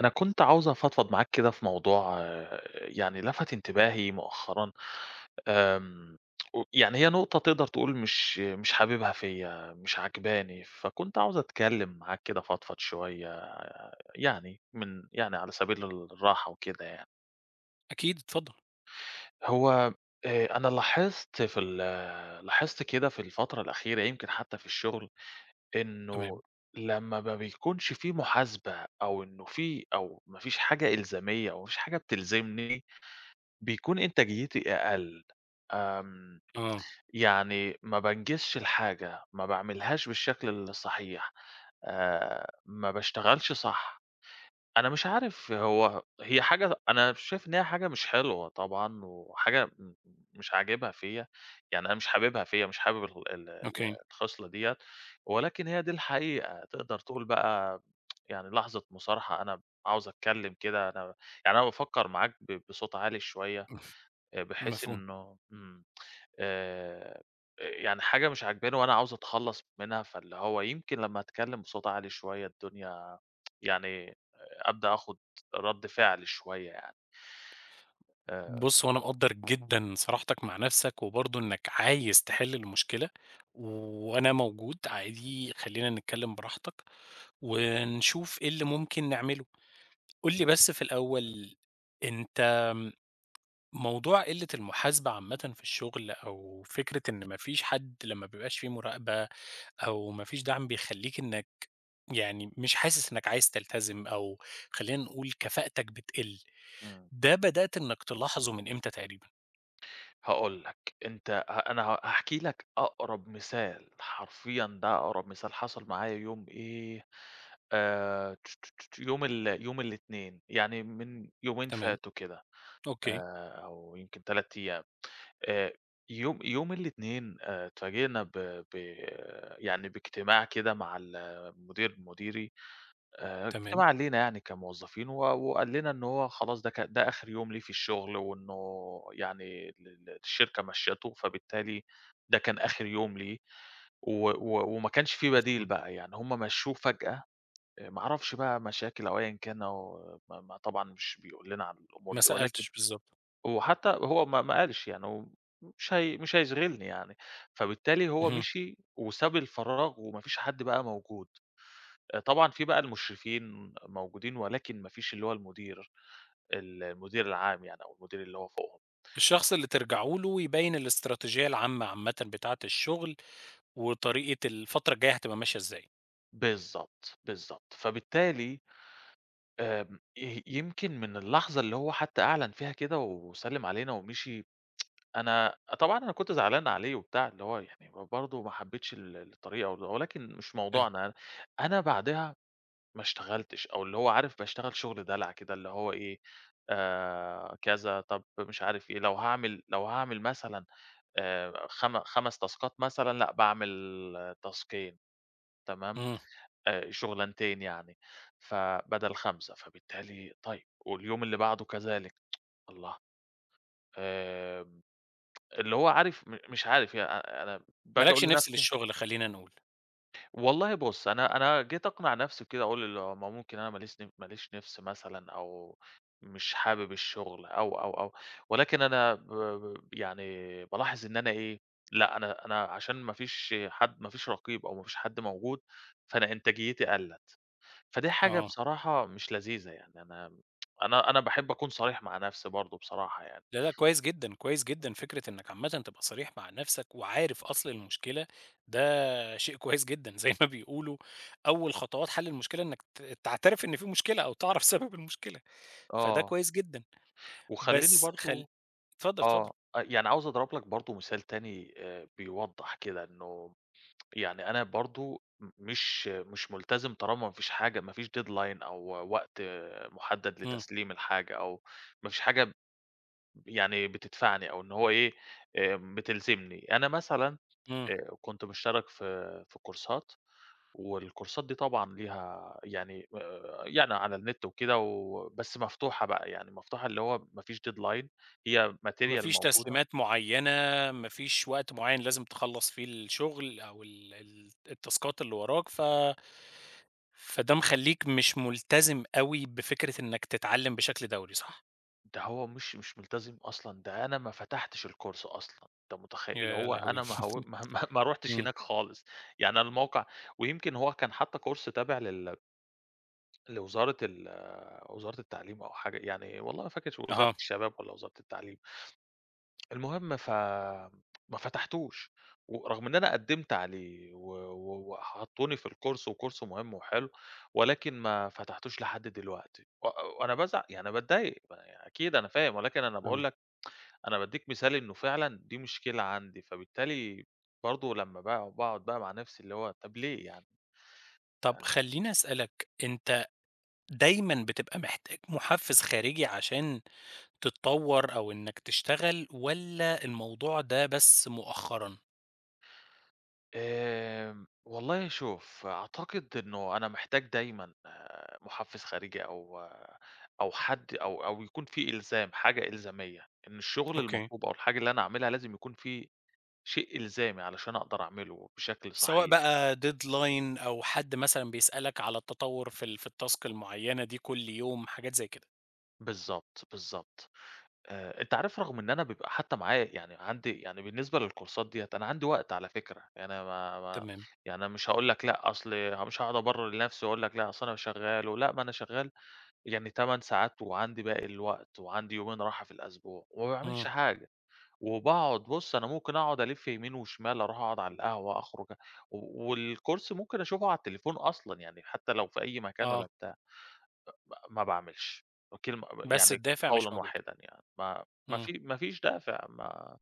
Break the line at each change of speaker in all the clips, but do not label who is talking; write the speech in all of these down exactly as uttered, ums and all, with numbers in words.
أنا كنت عاوز أفضفض معاك كده في موضوع آآ، يعني لفت انتباهي مؤخرًا، آمم، و يعني هي نقطة تقدر تقول مش مش حاببها فيّا، مش عاجباني، فكنت عاوز أتكلم معاك كده أفضفض شوية آه، يعني من يعني على سبيل الراحة وكده يعني.
أكيد، اتفضل.
هو آآ، أنا لاحظت في ال لاحظت كده في الفترة الأخيرة يمكن حتى في الشغل إنه
تمام.
لمّا ما بيكونش في محاسبة أو إنه في أو ما فيش حاجة إلزامية أو ما فيش حاجة بتلزمني، بيكون إنتاجيتي أقل، آمم،
آه.
يعني ما بانجزش الحاجة، ما باعملهاش بالشكل الصحيح، آآ، ما باشتغلش صح. أنا مش عارف هو هي حاجة أنا شايف إن هي حاجة مش حلوة طبعًا، وحاجة م مش عاجبها فيّا، يعني أنا مش حاببها فيّا، مش حابب ال ال ال
أوكي.
الخصلة ديّة، ولكن هي دي الحقيقة، تقدر تقول بقى يعني لحظة مصارحة، أنا عاوز أتكلم كده، أنا يعني أنا بافكر معاك ب بصوت عالي شوية. آآ بحيث
مفهوم.
إنه إمم. آآ يعني حاجة مش عاجباني وأنا عاوز أتخلّص منها، فاللي هو يمكن لمّا أتكلّم بصوت عالي شوية الدنيا يعني آه، أبدأ آخُد رَد فعل شوية يعني. آآ
بُص، هو أنا مقدّر جدًا صراحتك مع نفسك، وبرضه إنك عايز تحل المشكلة، وأنا موجود عادي، خلّينا نتكلم براحتك، ونشوف إيه اللي ممكن نعمله. قُل لي بس في الأول، أنت م موضوع قِلّة المحاسبة عامةً في الشغل، أو فكرة إن ما فيش حد لما ما بيبقاش في مراقبة، أو ما فيش دعم بيخلّيك إنك يعني مش حاسس إنك عايز تلتزم، أو خلّينا نقول كفاءتك بتقِل.
إمم.
ده بدأت إنك تلاحظه من إمتى تقريبًا؟
هاقول لك، أنت ه أنا ه هاحكي لك أقرب مثال، حرفيًا ده أقرب مثال حصل معايا يوم إيه، آآ يوم ال يوم الإتنين، يعني من يومين
تمام.
فاتوا كده
أوكي.
آآ أو يمكن تلات أيام. آآ يوم يوم الإتنين آآ اتفاجئنا ب ب يعني باجتماع كده مع المدير مديري، آآ
تمام.
اجتماع لينا يعني كموظفين و وقال لنا إن هو خلاص ده ك ده آخر يوم ليه في الشغل، وإنه يعني ال ال الشركة مشّيته، فبالتالي ده كان آخر يوم ليه و و وما كانش في بديل
إمم.
بقى، يعني هم مشّوه فجأة، آآ ما أعرفش بقى مشاكل أو أيًا كان أو ما ما طبعًا مش بيقول لنا عن الأمور
ما
دي ولكن
سألتش بالضبط.
وحتى هو ما ما قالش يعني هو مش هي مش هيشغلني يعني، فبالتالي هو
اهم.
مشي وساب الفراغ وما فيش حد بقى موجود، آآ طبعًا في بقى المشرفين موجودين ولكن ما فيش اللي هو المدير ال المدير العام يعني أو المدير اللي هو فوقهم.
الشخص اللي ترجعوا له يبيّن الاستراتيجية العامة عامةً بتاعة الشغل، وطريقة الفترة الجاية هتبقى ماشية إزاي.
بالضبط، بالضبط، فبالتالي آمم ي يمكن من اللحظة اللي هو حتى أعلن فيها كده وسلِّم علينا ومشي، أنا طبعًا أنا كنت زعلان عليه وبتاع، اللي هو يعني برضه ما حبيتش ال الطريقة ول ولكن مش
فاهم.
موضوعنا، أنا بعدها ما اشتغلتش، أو اللي هو عارف باشتغل شغل دلع كده، اللي هو إيه، آآ كذا، طب مش عارف إيه، لو هاعمل لو هاعمل مثلًا آآ خم خمس تاسكات مثلًا، لأ باعمل تاسكين تمام،
إمم.
آآ شغلانتين يعني، فبدل خمسة فبالتالي طيب واليوم اللي بعده كذلك، الله! آمم اللي هو عارف م مش عارف ي أ أنا
ما
باجي
لكش
أقول
نِفْس
لنفسي
للشغل خلّينا نقول.
والله بُص، أنا أنا جيت أقنع نَفْسي بكده أقول اللي هو ما ممكن أنا ما ليش ن ما ليش نِفْس مثلًا أو مش حابب الشغل أو، أو، أو، ولكن أنا ب ب يعني بالاحظ إن أنا إيه، لأ أنا أنا عشان ما فيش حد ما فيش رقيب أو ما فيش حد موجود، فأنا إنتاجيتي قَلّت، فدي حاجة
آه.
بصراحة مش لذيذة يعني أنا أنا أنا باحب أكون صريح مع نَفْسي برضه بصراحة يعني.
لا، لأ كويس جدًا، كويس جدًا فكرة إنك عامةً تبقى صريح مع نَفْسك وعارف أصل المشكلة، ده شيء كويس جدًا، زي ما بيقولوا أول خطوات حل المشكلة إنك ت تعترف إن في مشكلة أو تعرف سبب المشكلة، فده
آه،
كويس جدًا.
وخلّيني
بس خل
برضه
اتفضل، اتفضل.
آه، أ يعني عاوز أضرب لك برضه مثال تاني آآ بيوضّح كده إنه يعني أنا برضه م مش مش ملتزم طالما ما فيش حاجة ما فيش deadline أو وقت محدد
إمم.
لتسليم الحاجة أو ما فيش حاجة ب يعني بتدفعني أو إن هو إيه، آآ بتلزمني. أنا مثلًا
إمم.
آآ كنت مشترك في في كورسات، والكورسات دي طبعًا ليها يعني آآ يعني على النت وكده و بس مفتوحة بقى، يعني مفتوحة اللي هو ما فيش deadline هي
ما
material
فيش
موجودة
تسليمات معيّنة، ما فيش وقت معيّن لازم تخلّص فيه الشغل أو ال ال التاسكات اللي وراك، ف فده مخلّيك مش ملتزم أوي بفكرة إنّك تتعلّم بشكل دوري، صح؟
ده هو مش مش ملتزم أصلًا، ده أنا ما فتحتش الcourse أصلًا، أنت متخيل؟ اللي
يا
هو
لهوي!
أنا ما هو ما ما ما رُحتش
إمم.
هناك خالص، يعني أنا الموقع ويمكن هو كان حتى course تابع لل لوزارة ال وزارة التعليم أو حاجة يعني والله ما فاكر وزارة
أها.
الشباب والّا وزارة التعليم، المهم ف ما فتحتوش، ورغم إن أنا قدّمت عليه و و وحطّوني في الcourse وcourse مهم وحلو، ولكن ما فتحتوش لحد دلوقتي، و وأنا بازعل يعني باتضايق، ما أكيد أنا فاهم، ولكن أنا باقول
فاهمك.
لك أنا بادّيك مثال إنه فعلًا دي مشكلة عندي، فبالتالي برضه لمّا باق باقعد بقى مع نفسي اللي هو طَب ليه يعني
طب
أنا
خلّيني أسألك، أنت دايمًا بتبقى محتاج مُحفّز خارجي عشان تتطوّر أو إنّك تشتغل والّا الموضوع ده بس مؤخرًا؟
آمم، والله شوف، أعتقد إنه أنا محتاج دايمًا آه، مُحفّز خارجي أو آه، أو حد أو أو يكون في إلزام، حاجة إلزامية، إن الشغل
أوكي.
المطلوب أو الحاجة اللي أنا أعملها لازم يكون في شيء إلزامي علشان أقدر أعمله بشكل
سواء
صحيح.
بقى deadline أو حد مثلًا بيسألك على التطور في ال في الtask المعيّنة دي كل يوم، حاجات زي كده.
بالضبط، بالضبط. آآ، أنت عارف رغم إن أنا بيبقى حتى معايا يعني عندي يعني بالنسبة للكورسات ديّة أنا عندي وقت على فكرة، يعني أنا ما ما
تمام.
يعني أنا مش هاقول لك لأ، أصل مش هاقعد أبرر لنفسي وأقول لك لأ، أصل أنا شغال ولأ، ما أنا شغال يعني ثماني ساعات وعندي باقي الوقت وعندي يومين راحة في الأسبوع وما
إمم.
باعملش حاجة، وباقعد بُص أنا ممكن أقعد ألِف يمين وشمال، أروح أقعد على القهوة، أخرج و والكورس ممكن أشوفه على التليفون أصلًا، يعني حتى لو في أي مكان
آه.
والّا بتاع. ب ما باعملش، كلمة
بس
يعني
الدافع مش
قولًا
موجود.
واحدًا يعني، ما ما
إمم.
في ما فيش دافع ما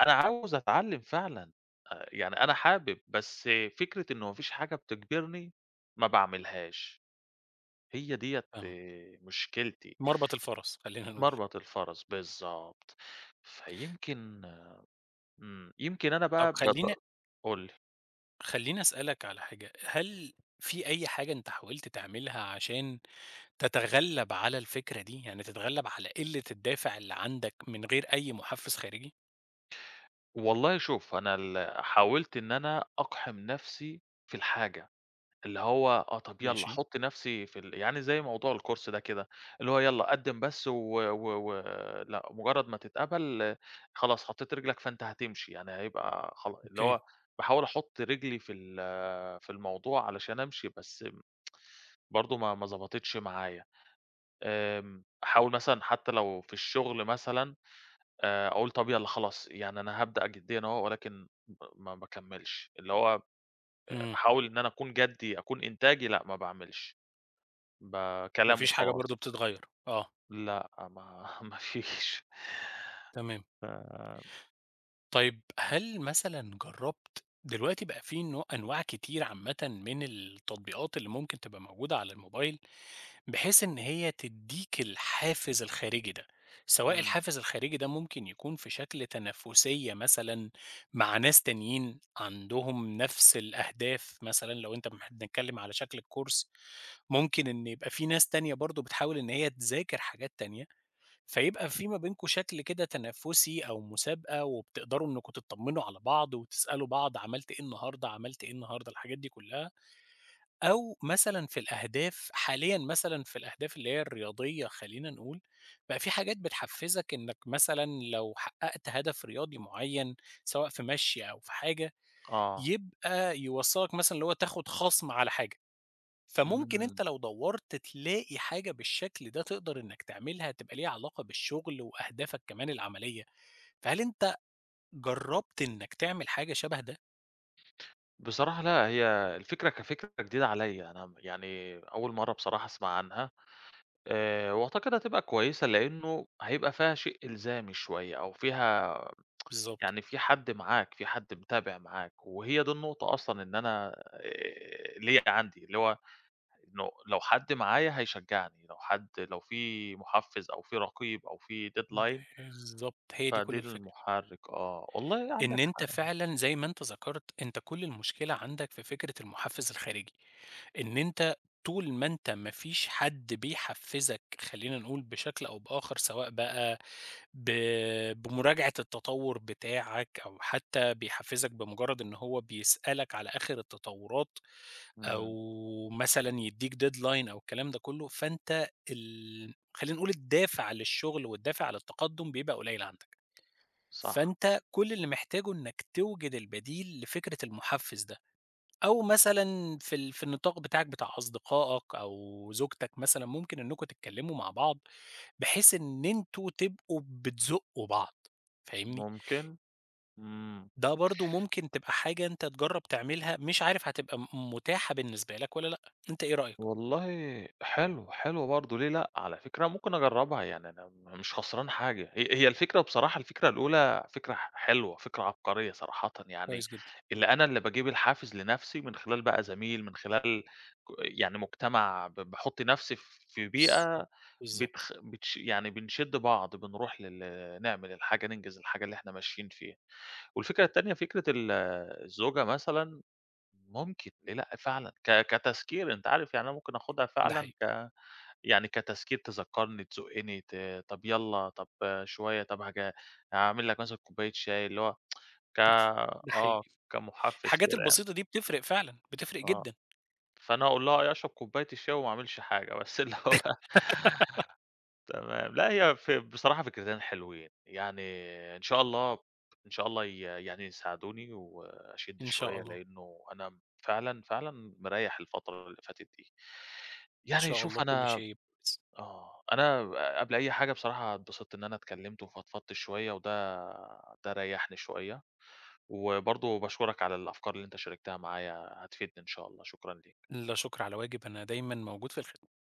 أنا عاوز أتعلّم فعلًا، آآ يعني أنا حابب، بس فكرة إنه ما فيش حاجة بتجبرني ما باعملهاش، هي ديّة
فاهمك.
مشكلتي،
مربط الفَرَس خلّينا نقول.
مربط الفرس، بالضبط، فيمكن إمم، يمكن أنا
طب
بقى ب ب
خلّيني
قُل لي.
خلّيني أسألك على حاجة، هل في أي حاجة أنت حاولت تعملها عشان تتغلّب على الفكرة دي؟ يعني تتغلّب على قِلّة الدافع اللي عندك من غير أي مُحفّز خارجي؟
والله شوف أنا ال حاولت إن أنا أقحم نفسي في الحاجة. اللي هو آه، طَب يالّا
ماشي.
حُط نَفْسي في ال يعني زي موضوع الcourse ده كده، اللي هو يالّا قدّم بس و و و لأ مُجرّد ما تتقبل آه، خلاص حطّيت رجلك فأنت هتمشي، يعني هيبقى خلا اللي
أوكي.
هو باحاول أحُط رجلي في ال في الموضوع علشان أمشي، بس برضه ما ما ضبطتش معايا. آمم، أحاول مثلًا حتّى لو في الشغل مثلًا آآ، أقول طَب يالّا خلاص يعني أنا هابدأ جديًا أهو ولكن ب ما باكمّلش، اللي هو
إمم.
أحاول إن أنا أكون جَدّي، أكون إنتاجي لأ ما باعملش.
ما
بكلام
فيش حاجة برضه
وخلاص،
بتتغيّر. آه.
لأ ما ما فيش
تمام.
ف
طيب هل مثلًا جرّبت دلوقتي بقى في نوع أنواع كتير عامةً من التطبيقات اللي ممكن تبقى موجودة على الموبايل، بحيث إن هي تدّيك الحافز الخارجي ده، سواء
إمم،
الحافز الخارجي ده ممكن يكون في شكل تنافسية مثلًا مع ناس تانيين عندهم نفس الأهداف مثلًا، لو أنت م بنتكلم على شكل الcourse ممكن إن يبقى في ناس تانية برضه بتحاول إن هي تذاكر حاجات تانية. فيبقى في ما بينكم شكل كده تنافسي أو مسابقة وبتقدروا إنكم تطمنوا على بعض وتسألوا بعض عملت إيه النهارده، عملت إيه النهارده، الحاجات دي كلها، أو مثلًا في الأهداف حاليًا مثلًا في الأهداف اللي هي الرياضية خلينا نقول، بقى في حاجات بتحفزك إنك مثلًا لو حققت هدف رياضي معين سواء في مشي أو في حاجة،
آه،
يبقى يوصّلك مثلًا اللي هو تاخد خصم على حاجة. فممكن
إمم،
أنت لو دوّرت تلاقي حاجة بالشكل ده تقدر إنك تعملها تبقى ليها علاقة بالشغل وأهدافك كمان العملية، فهل أنت جرّبت إنك تعمل حاجة شبه ده؟
بصراحة لأ هي الفكرة كفكرة جديدة عليَّ، أنا م يعني أول مرّة بصراحة أسمع عنها، آآ، وأعتقد هتبقى كويسة لإنه هيبقى فيها شيء إلزامي شوية أو فيها
بالضبط،
يعني في حد معاك، في حد متابع معاك، وهي دي النقطة أصلًا إن أنا آآ، اللي هي عندي، اللي هو إنه لو حد معايا هيشجعني، لو حد لو في محفز أو في رقيب أو في deadline
بالضبط، هي دي كل
فدي
الفكرة،
المحرِّك آه، والله
إن
عندك
أنت
حق،
فعلًا زي ما أنت ذكرت، أنت كل المشكلة عندك في فكرة المحفّز الخارجي، إن أنت طول ما أنت ما فيش حد بيحفّزك خلّينا نقول بشكل أو بآخر سواء بقى ب بمراجعة التطور بتاعك أو حتى بيحفّزك بمجرد إن هو بيسألك على آخر التطورات
إمم،
أو مثلًا يدّيك deadline أو الكلام ده كُلّه، فأنت ال خلّينا نقول الدافع للشغل والدافع للتقدُّم بيبقى قليل عندك.
صح،
فأنت كل اللي محتاجه إنّك توجد البديل لفكرة المحفّز ده أو مثلًا في ال في النطاق بتاعك بتاع أصدقائك أو زوجتك مثلًا ممكن إنّكم تتكلّموا مع بعض بحيث إن أنتم تبقوا بتزقوا بعض، فاهمني؟
ممكن، إمم،
ده برضه ممكن تبقى حاجة أنت تجرّب تعملها، مش عارف هتبقى م متاحة بالنسبة لك والّا لأ، أنت إيه رأيك؟
والله حلو، حلو برضه ليه لأ، على فكرة ممكن أجرّبها يعني أنا م مش خسران حاجة، هي هي الفكرة بصراحة الفكرة الأولى فكرة ح حلوة، فكرة عبقرية صراحةً يعني،
كويس جدًا.
اللي أنا اللي باجيب الحافز لنَفْسي من خلال بقى زميل، من خلال ك يعني مجتمع ب باحُط نَفْسي ف في
بالضبط،
بيئة
بالضبط،
بتخ بتش يعني بنشِد بعض، بنروح لل نعمل الحاجة، ننجز الحاجة اللي إحنا ماشيين فيها. والفكرة التانية فكرة ال الزوجة مثلًا ممكن ليه لأ فعلًا ك كتذكير أنت عارف يعني أنا ممكن آخُدها
ده
فعلًا
حقيقي،
ك يعني كتذكير تذكّرني، تزُقّني، ت طَب يالّا، طَب شوية، طَب هاج هاعمل لك مثلًا كوباية شاي اللي هو ك
ده
آه،
حقيقي،
كمُحفّز
الحاجات
كده يعني،
البسيطة دي بتفرق فعلًا، بتفرق
آه.
جدًا،
فأنا أقول لها أي أشرب كوباية الشاي وما أعملش حاجة، بس اللي هو تمام. لأ، هي ف بصراحة فكرتين حلوين. يعني إن شاء الله إن شاء الله ي يعني يساعدوني وأشِد
إن شاء
شوية،
الله،
لإنه أنا فعلًا، فعلًا مريّح الفترة اللي فاتت دي.
إن
يعني
شاء الله
شوف
كل شيء
أنا
يبقى كويس.
آه. أنا قبل أي حاجة بصراحة اتبسطت إن أنا اتكلّمت وفضفضت شوية وده ده ريّحني شوية، وبرضه باشكرك على الأفكار اللي أنت شاركتها معايا، هتفيدني إن شاء الله. شكرًا ليك.
لا شكر على واجب، أنا دايمًا موجود في الخدمة.